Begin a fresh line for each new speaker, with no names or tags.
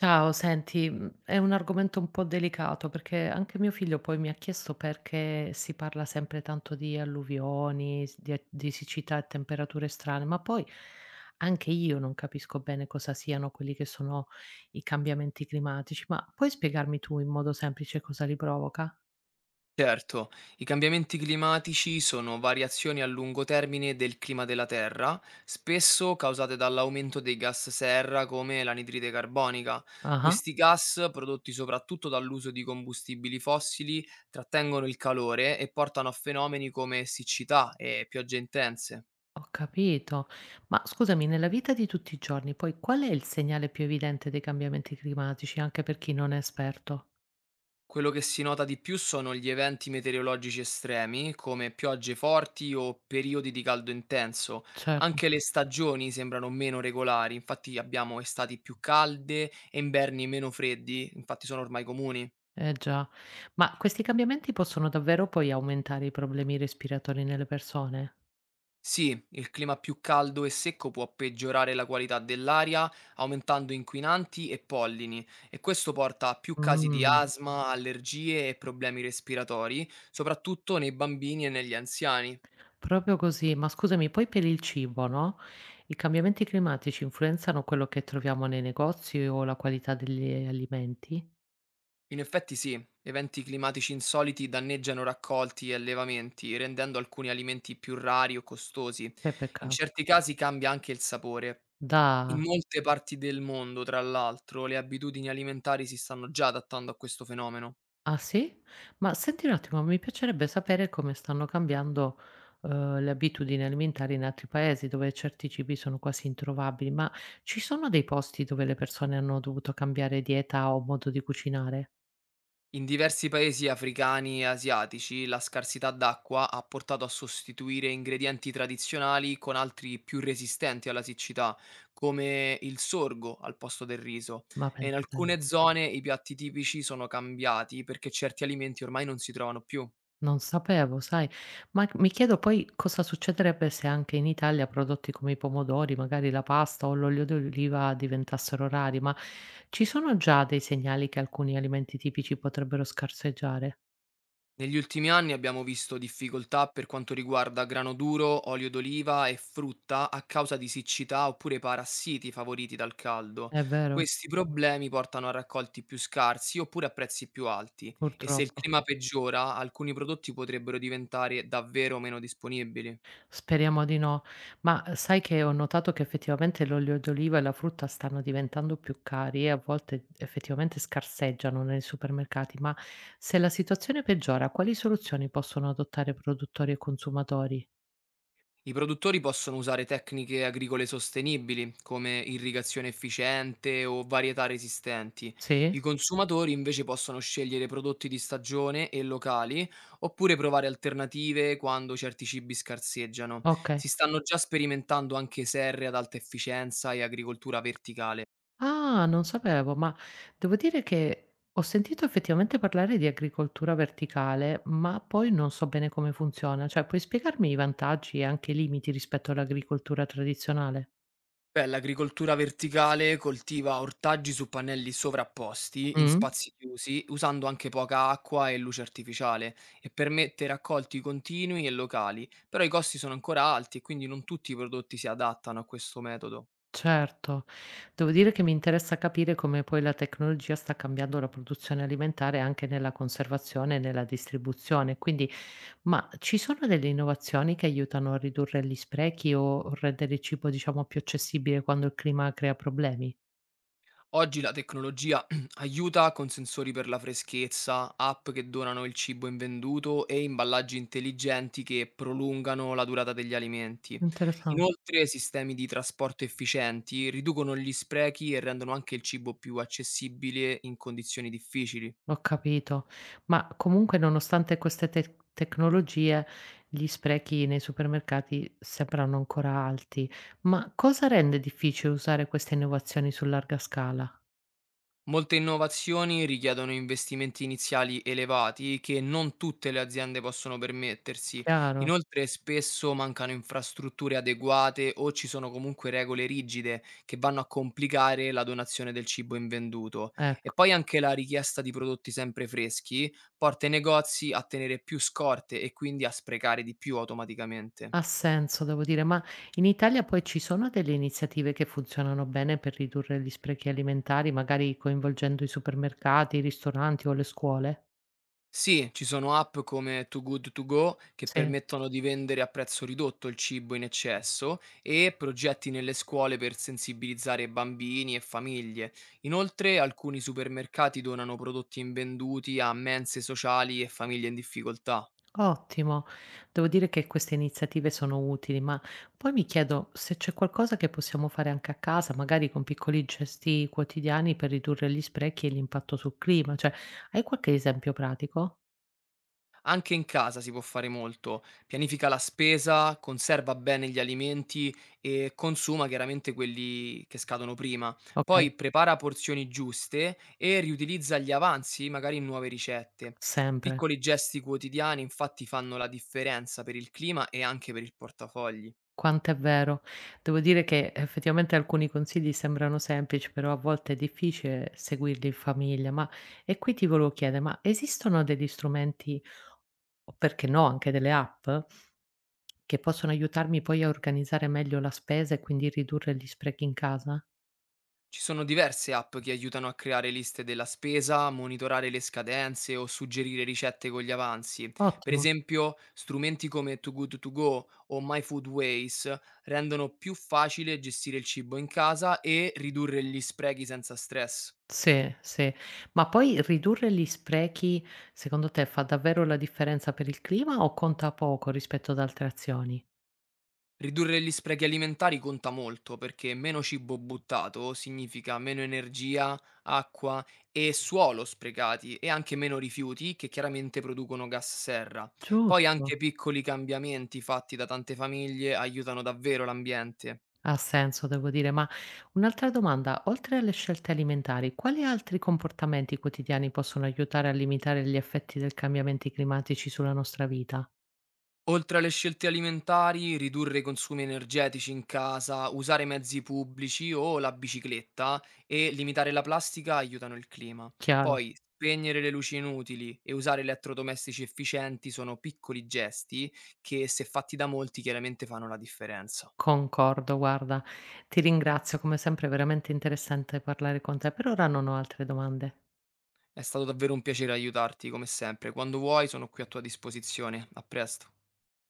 Ciao, senti, è un argomento un po' delicato perché anche mio figlio poi mi ha chiesto perché si parla sempre tanto di alluvioni, s di a di siccità e temperature strane, ma poi anche io non capisco bene cosa siano quelli che sono i cambiamenti climatici. Ma puoi spiegarmi tu in modo semplice cosa li provoca?
Certo, i cambiamenti climatici sono variazioni a lungo termine del clima della Terra, spesso causate dall'aumento dei gas serra come l'anidride carbonica.
Ah-ah,
Questi gas, prodotti soprattutto dall'uso di combustibili fossili, trattengono il calore e portano a fenomeni come siccità e piogge intense.
ho capito. Ma scusami, nella vita di tutti i giorni poi qual è il segnale più evidente dei cambiamenti climatici, anche per chi non è esperto?
Quello che si nota di più sono gli eventi meteorologici estremi, come piogge forti o periodi di caldo intenso.
Cer
Anche le stagioni sembrano meno regolari, infatti abbiamo estati più calde e inverni meno freddi, infatti sono ormai comuni.
Eh già, ma questi cambiamenti possono davvero poi aumentare i problemi respiratori nelle persone?
Sì, il clima più caldo e secco può peggiorare la qualità dell'aria, aumentando inquinanti e pollini, e questo porta a più casi di
Mh,
asma, allergie e problemi respiratori, soprattutto nei bambini e negli anziani.
proprio così. Ma scusami, poi per il cibo, no, i cambiamenti climatici influenzano quello che troviamo nei negozi o la qualità degli alimenti?
In effetti sì, eventi climatici insoliti danneggiano raccolti e allevamenti, rendendo alcuni alimenti più rari o costosi.
Che
In
peccato.
certi casi cambia anche il sapore. In
Da
molte parti del mondo, tra l'altro, le abitudini alimentari si stanno già adattando a questo fenomeno.
Ah sì? Ma senti un attimo, mi piacerebbe sapere come stanno cambiando, le abitudini alimentari in altri paesi dove certi cibi sono quasi introvabili, ma ci sono dei posti dove le persone hanno dovuto cambiare dieta o modo di cucinare?
In diversi paesi africani e asiatici la scarsità d'acqua ha portato a sostituire ingredienti tradizionali con altri più resistenti alla siccità, come il sorgo al posto del riso.
Ma
E in
pensa te.
alcune zone i piatti tipici sono cambiati perché certi alimenti ormai non si trovano più.
Non sapevo, sai. Ma c Mi chiedo poi cosa succederebbe se anche in Italia prodotti come i pomodori, magari la pasta o l'olio d'oliva diventassero rari, ma ci sono già dei segnali che alcuni alimenti tipici potrebbero scarseggiare?
Negli ultimi anni abbiamo visto difficoltà per quanto riguarda grano duro, olio d'oliva e frutta a causa di siccità oppure parassiti favoriti dal caldo.
È vero?
Questi problemi portano a raccolti più scarsi oppure a prezzi più alti e se il
Purtroppo.
clima peggiora, alcuni prodotti potrebbero diventare davvero meno disponibili.
Speriamo di no. Ma sai che ho notato che effettivamente l'olio d'oliva e la frutta stanno diventando più cari e a volte effettivamente scarseggiano nei supermercati, ma se la situazione peggiora, quali soluzioni possono adottare produttori e consumatori?
I produttori possono usare tecniche agricole sostenibili, come irrigazione efficiente o varietà resistenti.
Sì?
I consumatori invece possono scegliere prodotti di stagione e locali, oppure provare alternative quando certi cibi scarseggiano.
Okay.
Si stanno già sperimentando anche serre ad alta efficienza e agricoltura verticale.
Ah, non sapevo, ma devo dire che ho sentito effettivamente parlare di agricoltura verticale, ma poi non so bene come funziona. Cioè, puoi spiegarmi i vantaggi e anche i limiti rispetto all'agricoltura tradizionale?
Beh, l'agricoltura verticale coltiva ortaggi su pannelli sovrapposti in
Mh,
spazi chiusi, usando anche poca acqua e luce artificiale, e permette raccolti continui e locali, però i costi sono ancora alti e quindi non tutti i prodotti si adattano a questo metodo.
certo. Devo dire che mi interessa capire come poi la tecnologia sta cambiando la produzione alimentare anche nella conservazione e nella distribuzione. Quindi ma ci sono delle innovazioni che aiutano a ridurre gli sprechi o rendere il cibo, diciamo, più accessibile quando il clima crea problemi?
Oggi la tecnologia aiuta con sensori per la freschezza, app che donano il cibo invenduto e imballaggi intelligenti che prolungano la durata degli alimenti.
Interessan
Inoltre, sistemi di trasporto efficienti riducono gli sprechi e rendono anche il cibo più accessibile in condizioni difficili.
Ho capito. Ma comunque nonostante queste tecnologie, gli sprechi nei supermercati sembrano ancora alti. Ma cosa rende difficile usare queste innovazioni su larga scala?
Molte innovazioni richiedono investimenti iniziali elevati che non tutte le aziende possono permettersi.
Chiaro,
Inoltre spesso mancano infrastrutture adeguate o ci sono comunque regole rigide che vanno a complicare la donazione del cibo invenduto. E
ecco.
poi anche la richiesta di prodotti sempre freschi porta i negozi a tenere più scorte e quindi a sprecare di più automaticamente.
Ha senso, devo dire, ma in Italia poi ci sono delle iniziative che funzionano bene per ridurre gli sprechi alimentari, magari coinvolgendo i supermercati, i ristoranti o le scuole?
Sì, ci sono app come Too Good To Go che
Sì.
permettono di vendere a prezzo ridotto il cibo in eccesso e progetti nelle scuole per sensibilizzare bambini e famiglie. Inoltre, alcuni supermercati donano prodotti invenduti a mense sociali e famiglie in difficoltà.
Ottimo. Devo dire che queste iniziative sono utili, ma poi mi chiedo se c'è qualcosa che possiamo fare anche a casa, magari con piccoli gesti quotidiani per ridurre gli sprechi e l'impatto sul clima. Cioè, hai qualche esempio pratico?
Anche in casa si può fare molto. Pianifica la spesa, conserva bene gli alimenti e consuma chiaramente quelli che scadono prima.
Ok,
Poi prepara porzioni giuste e riutilizza gli avanzi, magari in nuove ricette.
sempre.
Piccoli gesti quotidiani infatti fanno la differenza per il clima e anche per il portafogli.
Quanto è vero. Devo dire che effettivamente alcuni consigli sembrano semplici, però a volte è difficile seguirli in famiglia. Ma e qui ti volevo chiedere, ma esistono degli strumenti o perché no, anche delle app che possono aiutarmi poi a organizzare meglio la spesa e quindi ridurre gli sprechi in casa?
Ci sono diverse app che aiutano a creare liste della spesa, monitorare le scadenze o suggerire ricette con gli avanzi. Per
Ottimo.
esempio, strumenti come Too Good To Go o My Food Ways rendono più facile gestire il cibo in casa e ridurre gli sprechi senza stress.
Sì, sì. Ma poi ridurre gli sprechi, secondo te, fa davvero la differenza per il clima o conta poco rispetto ad altre azioni?
Ridurre gli sprechi alimentari conta molto perché meno cibo buttato significa meno energia, acqua e suolo sprecati e anche meno rifiuti che chiaramente producono gas serra. Poi
Giusto.
anche piccoli cambiamenti fatti da tante famiglie aiutano davvero l'ambiente.
Ha senso, devo dire, ma un'altra domanda, oltre alle scelte alimentari, quali altri comportamenti quotidiani possono aiutare a limitare gli effetti del cambiamenti climatici sulla nostra vita?
Oltre alle scelte alimentari, ridurre i consumi energetici in casa, usare mezzi pubblici o la bicicletta e limitare la plastica aiutano il clima.
Chiaro,
Poi spegnere le luci inutili e usare elettrodomestici efficienti sono piccoli gesti che, se fatti da molti, chiaramente fanno la differenza.
concordo, guarda, ti ringrazio, come sempre è veramente interessante parlare con te, per ora non ho altre domande.
È stato davvero un piacere aiutarti, come sempre. Quando vuoi sono qui a tua disposizione. A presto.